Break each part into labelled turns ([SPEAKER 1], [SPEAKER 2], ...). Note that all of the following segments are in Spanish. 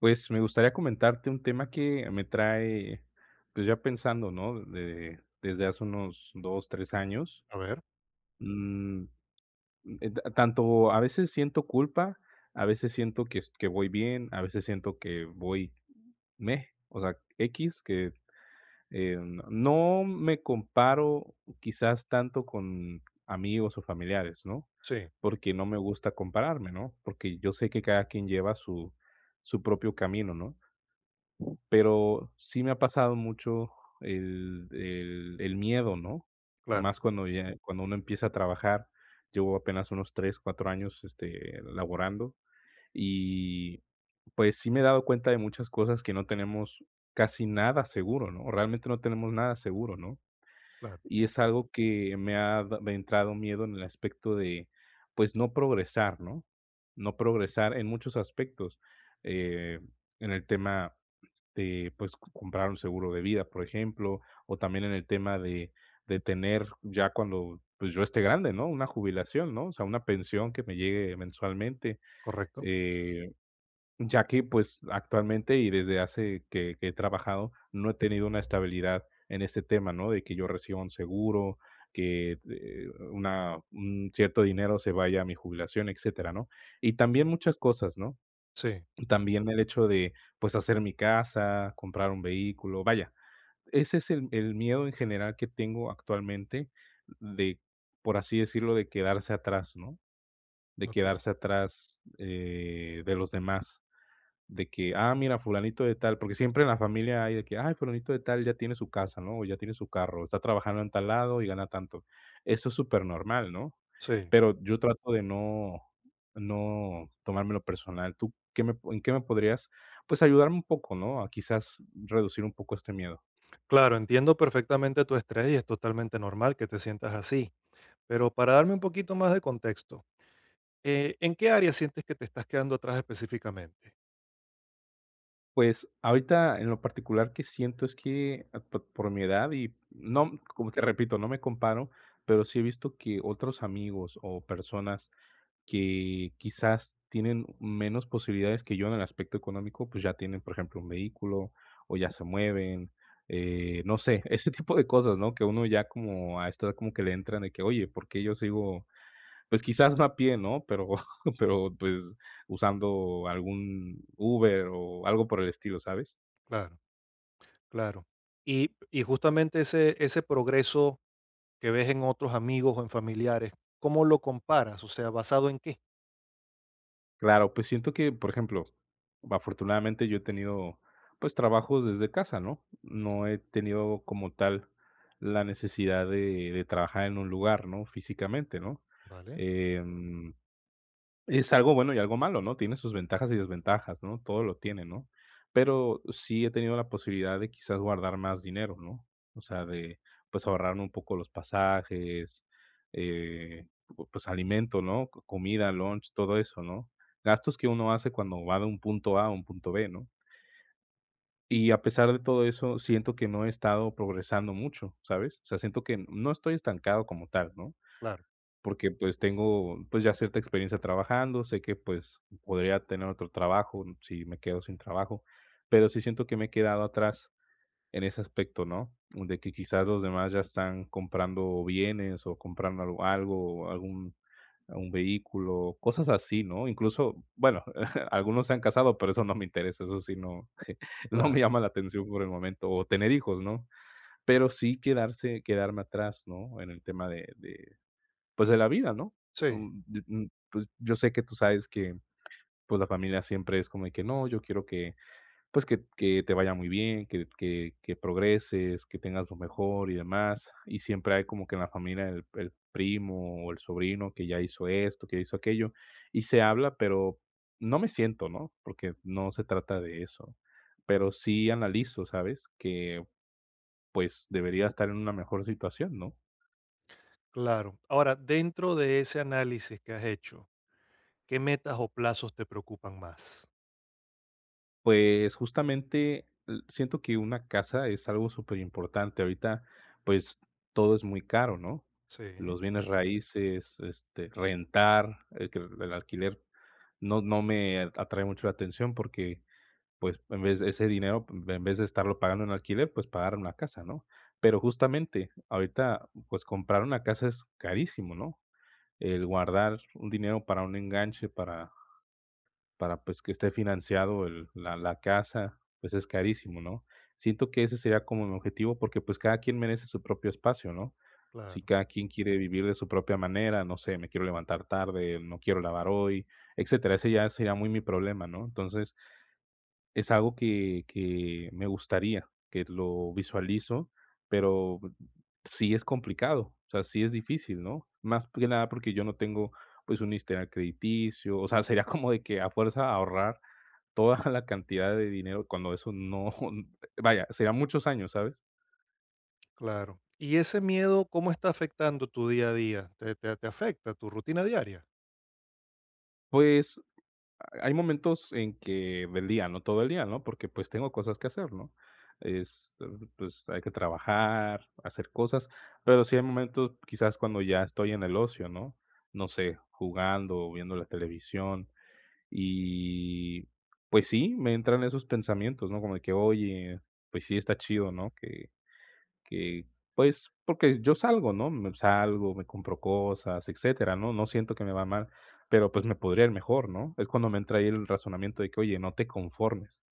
[SPEAKER 1] Pues, me gustaría comentarte un tema que me trae, pues, ya pensando, ¿no? De desde hace unos 2 3 años.
[SPEAKER 2] A ver,
[SPEAKER 1] Mm. Ta tanto a veces siento culpa, a veces siento que es que voy bien, a veces siento que voy meh, o sea, x que, no me comparo quizás tanto con amigos o familiares, ¿no?
[SPEAKER 2] sí,
[SPEAKER 1] Porque no me gusta compararme, ¿no? Porque yo sé que cada quien lleva su su propio camino, ¿no? Pero sí me ha pasado mucho el miedo, ¿no?
[SPEAKER 2] claro,
[SPEAKER 1] Más cuando ya cuando uno empieza a trabajar. Llevo apenas unos 3 4 años, laborando, y, pues, sí me he dado cuenta de muchas cosas que no tenemos casi nada seguro, ¿no? Realmente no tenemos nada seguro, ¿no?
[SPEAKER 2] claro,
[SPEAKER 1] Y es algo que me ha entrado miedo en el aspecto de, pues, no progresar, ¿no? No progresar en muchos aspectos, eh, en el tema de, pues, c comprar un seguro de vida, por ejemplo, o también en el tema de tener ya cuando, pues, yo esté grande, ¿no? Una jubilación, ¿no? O sea, una pensión que me llegue mensualmente,
[SPEAKER 2] correcto.
[SPEAKER 1] eh, ya que, pues, actualmente y desde hace que he trabajado, no he tenido una estabilidad en este tema, ¿no? De que yo reciba un seguro, que, una un cierto dinero se vaya a mi jubilación, etcétera, ¿no? Y también muchas cosas, ¿no?
[SPEAKER 2] Sí,
[SPEAKER 1] También el hecho de, pues, hacer mi casa, comprar un vehículo, vaya, ese es el miedo en general que tengo actualmente de, por así decirlo, de quedarse atrás, ¿no? De
[SPEAKER 2] okey,
[SPEAKER 1] quedarse atrás, de los demás. De que, ah, mira, fulanito de tal, porque siempre en la familia hay de que, ay, fulanito de tal ya tiene su casa, ¿no? O ya tiene su carro, está trabajando en tal lado y gana tanto. Eso es súper normal, ¿no?
[SPEAKER 2] sí.
[SPEAKER 1] Pero yo trato de no tomármelo personal. ¿Tú qué me en qué me podrías, pues, ayudarme un poco, no? A quizás reducir un poco este miedo.
[SPEAKER 2] Claro, entiendo perfectamente tu estrés y es totalmente normal que te sientas así. Pero para darme un poquito más de contexto, ¿en qué área sientes que te estás quedando atrás específicamente?
[SPEAKER 1] Pues, ahorita en lo particular que siento es que, ah, po por mi edad y no, como te repito, no me comparo, pero sí he visto que otros amigos o personas que quizás tienen menos posibilidades que yo en el aspecto económico, pues ya tienen, por ejemplo, un vehículo o ya se mueven, no sé, ese tipo de cosas, ¿no? Que uno ya como a esta edad como que le entran de que, oye, ¿por qué yo sigo? Pues quizás no a pie, ¿no? Pero, pero pues usando algún Uber o algo por el estilo, ¿sabes?
[SPEAKER 2] Claro, claro. Y justamente ese progreso que ves en otros amigos o en familiares, ¿cómo lo comparas? O sea, ¿basado en qué?
[SPEAKER 1] Claro, pues siento que, por ejemplo, afortunadamente yo he tenido, pues, trabajos desde casa, ¿no? No he tenido como tal la necesidad de trabajar en un lugar, ¿no? Físicamente, ¿no?
[SPEAKER 2] Vale,
[SPEAKER 1] Em, es algo bueno y algo malo, ¿no? Tiene sus ventajas y desventajas, ¿no? Todo lo tiene, ¿no? Pero sí he tenido la posibilidad de quizás guardar más dinero, ¿no? O sea, de, pues, ahorrar un poco los pasajes, pu pues, alimento, ¿no? Co comida, lunch, todo eso, ¿no? Gastos que uno hace cuando va de un punto A a un punto B, ¿no? Y a pesar de todo eso, siento que no he estado progresando mucho, ¿sabes? O sea, siento que no estoy estancado como tal, ¿no?
[SPEAKER 2] claro,
[SPEAKER 1] Porque, pues, tengo, pues, ya cierta experiencia trabajando, sé que, pues, podría tener otro trabajo si me quedo sin trabajo, pero sí siento que me he quedado atrás en ese aspecto, ¿no? De que quizás los demás ya están comprando bienes o comprando algo, algún un vehículo, cosas así, ¿no? Incluso, bueno, algunos se han casado, pero eso no me interesa, eso sí no no me
[SPEAKER 2] claro.
[SPEAKER 1] llama la atención por el momento, o tener hijos, ¿no? Pero sí quedarse quedarme atrás, ¿no? En el tema de pues, de la vida, ¿no?
[SPEAKER 2] Sí,
[SPEAKER 1] Mm, d mm, pues, yo sé que tú sabes que, pues, la familia siempre es como de que: "No, yo quiero que, pues, que te vaya muy bien, que progreses, que tengas lo mejor y demás". Y siempre hay como que en la familia el primo o el sobrino que ya hizo esto, que ya hizo aquello, y se habla, pero no me siento, ¿no? Porque no se trata de eso, pero sí analizo, ¿sabes? Que, pues, debería estar en una mejor situación, ¿no?
[SPEAKER 2] claro. Ahora, dentro de ese análisis que has hecho, ¿qué metas o plazos te preocupan más?
[SPEAKER 1] Pues, justamente, l siento que una casa es algo súper importante. Ahorita, pues, todo es muy caro, ¿no?
[SPEAKER 2] Sí,
[SPEAKER 1] Los bienes raíces, este, rentar, el que el alquiler no me atrae mucho la atención porque, pues, en vez de ese dinero, en vez de estarlo pagando en alquiler, pues, pagar una casa, ¿no? Pero justamente, ahorita, pues, comprar una casa es carísimo, ¿no? El guardar un dinero para un enganche, para pues, que esté financiado el la la casa, pues, es carísimo, ¿no? Siento que ese sería como mi objetivo, porque, pues, cada quien merece su propio espacio, ¿no? Si
[SPEAKER 2] claro,
[SPEAKER 1] cada quien quiere vivir de su propia manera, no sé, me quiero levantar tarde, no quiero lavar hoy, etcétera. Ese ya sería muy mi problema, ¿no? Entonces, es algo que me gustaría, que lo visualizo, pero sí es complicado, o sea, sí es difícil, ¿no? Más que nada porque yo no tengo, pues, un historial crediticio, o sea, sería como de que a fuerza ahorrar toda la cantidad de dinero cuando eso no, vaya, serían muchos años, ¿sabes?
[SPEAKER 2] claro. ¿Y ese miedo cómo está afectando tu día a día? ¿Te, te afecta tu rutina diaria?
[SPEAKER 1] Pues, hay momentos en que del día, no todo el día, ¿no? Porque, pues, tengo cosas que hacer, ¿no? Es, pues, hay que trabajar, hacer cosas, pero sí hay momentos, quizás, cuando ya estoy en el ocio, ¿no? No sé, jugando viendo la televisión y, pues sí, me entran esos pensamientos, ¿no? Como de que, oye, pues sí, está chido, ¿no? Que, pues, porque yo salgo, ¿no? Me salgo, me compro cosas, etcétera, ¿no? No siento que me va mal, pero, pues, me podría ir mejor, ¿no? Es cuando me entra ahí el razonamiento de que: "Oye, no te conformes,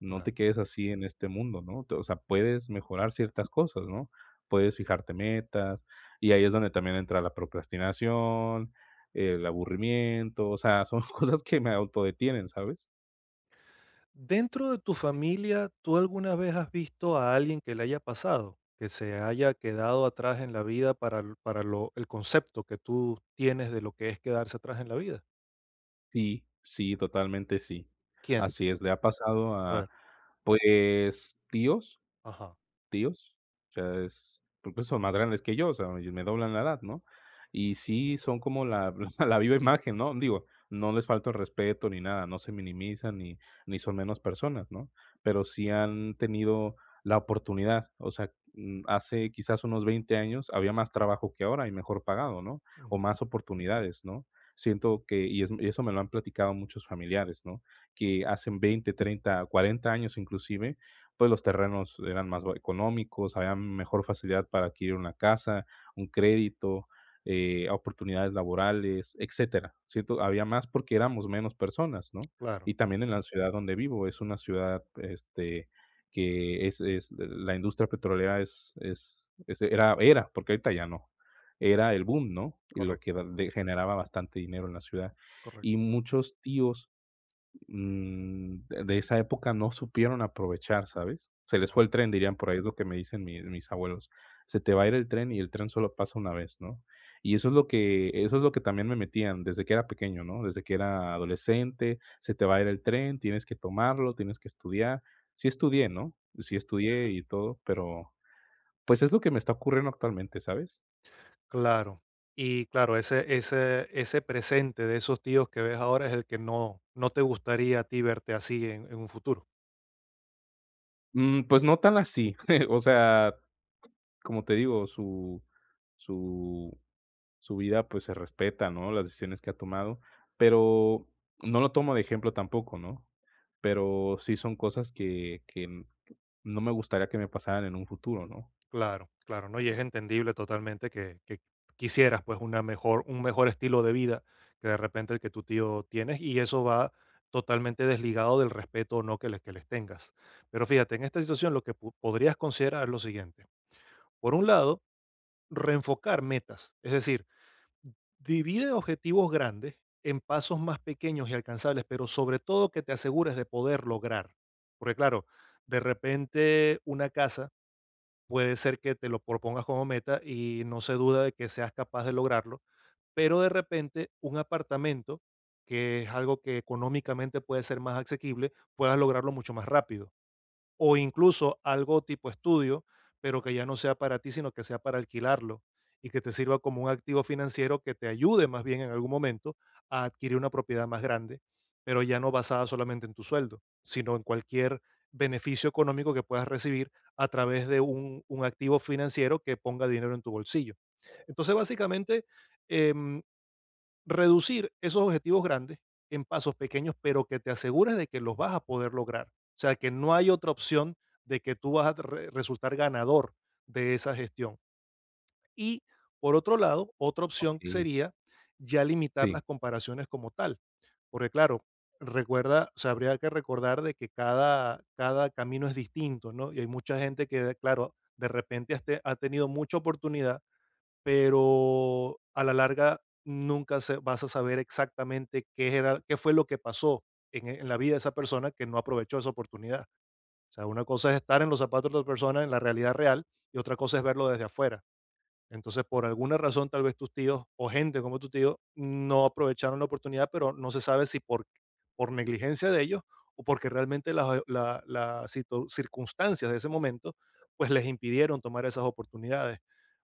[SPEAKER 1] no te
[SPEAKER 2] Claro.
[SPEAKER 1] quedes así en este mundo", ¿no? O sea, puedes mejorar ciertas cosas, ¿no? Puedes fijarte metas, y ahí es donde también entra la procrastinación, el aburrimiento, o sea, son cosas que me autodetienen, ¿sabes?
[SPEAKER 2] Dentro de tu familia, ¿tú alguna vez has visto a alguien que le haya pasado, que se haya quedado atrás en la vida para, para lo, el concepto que tú tienes de lo que es quedarse atrás en la vida?
[SPEAKER 1] Sí, sí, totalmente sí.
[SPEAKER 2] ¿Quién?
[SPEAKER 1] Así es, le ha pasado
[SPEAKER 2] A
[SPEAKER 1] a,
[SPEAKER 2] ver,
[SPEAKER 1] pues, tíos
[SPEAKER 2] ajá,
[SPEAKER 1] tíos, o sea, es porque son más grandes que yo, o sea, me doblan la edad, ¿no? Y sí son como la la viva imagen, ¿no? Digo, no les falta el respeto ni nada, no se minimizan ni son menos personas, ¿no? Pero sí han tenido la oportunidad, o sea, hace quizás unos 20 años había más trabajo que ahora y mejor pagado, ¿no? O
[SPEAKER 2] ujú.
[SPEAKER 1] más oportunidades, ¿no? Siento que y es y eso me lo han platicado muchos familiares, ¿no? Que hacen 20, 30, 40 años inclusive, pues los terrenos eran más económicos, había mejor facilidad para adquirir una casa, un crédito, oportunidades laborales, etcétera, ¿cierto? Había más porque éramos menos personas, ¿no?
[SPEAKER 2] Claro,
[SPEAKER 1] Y también en la ciudad donde vivo, es una ciudad, este, que es la industria petrolera es era era, porque ahorita ya no, era el boom, ¿no? Y lo que
[SPEAKER 2] correcto,
[SPEAKER 1] da de generaba bastante dinero en la ciudad. Y
[SPEAKER 2] correcto.
[SPEAKER 1] muchos tíos de esa época no supieron aprovechar, ¿sabes? Se les fue el tren, dirían por ahí, es lo que me dicen mi mis abuelos. Se te va a ir el tren y el tren solo pasa una vez, ¿no? Y eso es lo que eso es lo que también me metían desde que era pequeño, ¿no? Desde que era adolescente, se te va a ir el tren, tienes que tomarlo, tienes que estudiar. Sí estudié, ¿no? Sí estudié y todo, pero, pues, es lo que me está ocurriendo actualmente, ¿sabes?
[SPEAKER 2] Claro. Y claro, ese presente de esos tíos que ves ahora es el que no te gustaría a ti verte así en un futuro.
[SPEAKER 1] Mm, pues no tan así, o sea, como te digo, su su vida, pues, se respeta, ¿no? Las decisiones que ha tomado, pero no lo tomo de ejemplo tampoco, ¿no? Pero sí son cosas que n no me gustaría que me pasaran en un futuro, ¿no?
[SPEAKER 2] Claro, claro, ¿no? Y es entendible totalmente que quisieras, pues, una mejor un mejor estilo de vida que de repente el que tu tío tienes, y eso va totalmente desligado del respeto o no que les tengas. Pero fíjate, en esta situación lo que po podrías considerar es lo siguiente. Por un lado, reenfocar metas, es decir, divide objetivos grandes en pasos más pequeños y alcanzables, pero sobre todo que te asegures de poder lograr. Porque claro, de repente una casa puede ser que te lo propongas como meta y no se duda de que seas capaz de lograrlo, pero de repente un apartamento, que es algo que económicamente puede ser más asequible, puedas lograrlo mucho más rápido o incluso algo tipo estudio, pero que ya no sea para ti, sino que sea para alquilarlo y que te sirva como un activo financiero que te ayude más bien en algún momento a adquirir una propiedad más grande, pero ya no basada solamente en tu sueldo, sino en cualquier beneficio económico que puedas recibir a través de un activo financiero que ponga dinero en tu bolsillo. Entonces, básicamente, em, reducir esos objetivos grandes en pasos pequeños, pero que te asegures de que los vas a poder lograr. O sea, que no hay otra opción de que tú vas a resultar ganador de esa gestión. Y por otro lado, otra opción
[SPEAKER 1] Okey.
[SPEAKER 2] sería ya limitar las
[SPEAKER 1] Sí.
[SPEAKER 2] comparaciones como tal, porque claro, recuerda, o sea, habría que recordar de que cada camino es distinto, ¿no? Y hay mucha gente que, claro, de repente ha tenido mucha oportunidad, pero a la larga nunca se vas a saber exactamente qué fue lo que pasó en en la vida de esa persona que no aprovechó esa oportunidad. O sea, una cosa es estar en los zapatos de otra persona, en la realidad real, y otra cosa es verlo desde afuera. Entonces, por alguna razón, tal vez tus tíos o gente como tu tío no aprovecharon la oportunidad, pero no se sabe si por por negligencia de ellos o porque realmente las situ circunstancias de ese momento, pues les impidieron tomar esas oportunidades.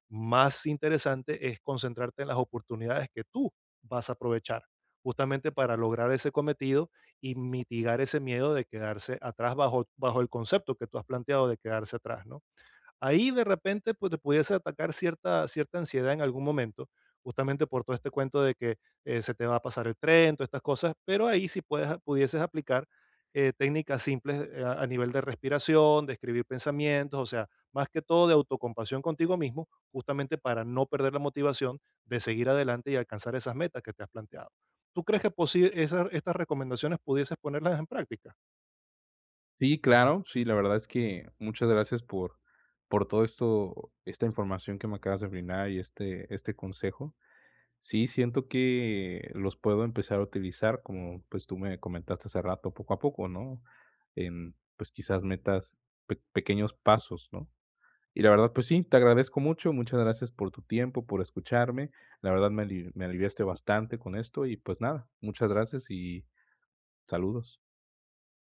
[SPEAKER 2] Más interesante es concentrarte en las oportunidades que tú vas a aprovechar justamente para lograr ese cometido y mitigar ese miedo de quedarse atrás bajo, bajo el concepto que tú has planteado de quedarse atrás, ¿no? Ahí de repente, pues te pudiese atacar cierta ansiedad en algún momento, justamente por todo este cuento de que se te va a pasar el tren, todas estas cosas, pero ahí sí puedes, pudieses aplicar técnicas simples, a nivel de respiración, de escribir pensamientos, o sea, más que todo de autocompasión contigo mismo, justamente para no perder la motivación de seguir adelante y alcanzar esas metas que te has planteado. ¿Tú crees que estas recomendaciones pudieses ponerlas en práctica?
[SPEAKER 1] Sí, claro, sí, la verdad es que muchas gracias por todo esto esta información que me acabas de brindar y este consejo. Sí, siento que los puedo empezar a utilizar, como pues tú me comentaste hace rato, poco a poco, ¿no? En, pues quizás metas, pequeños pasos, ¿no? Y la verdad, pues sí, te agradezco mucho, muchas gracias por tu tiempo, por escucharme. La verdad me, me aliviaste bastante con esto y pues nada, muchas gracias y saludos.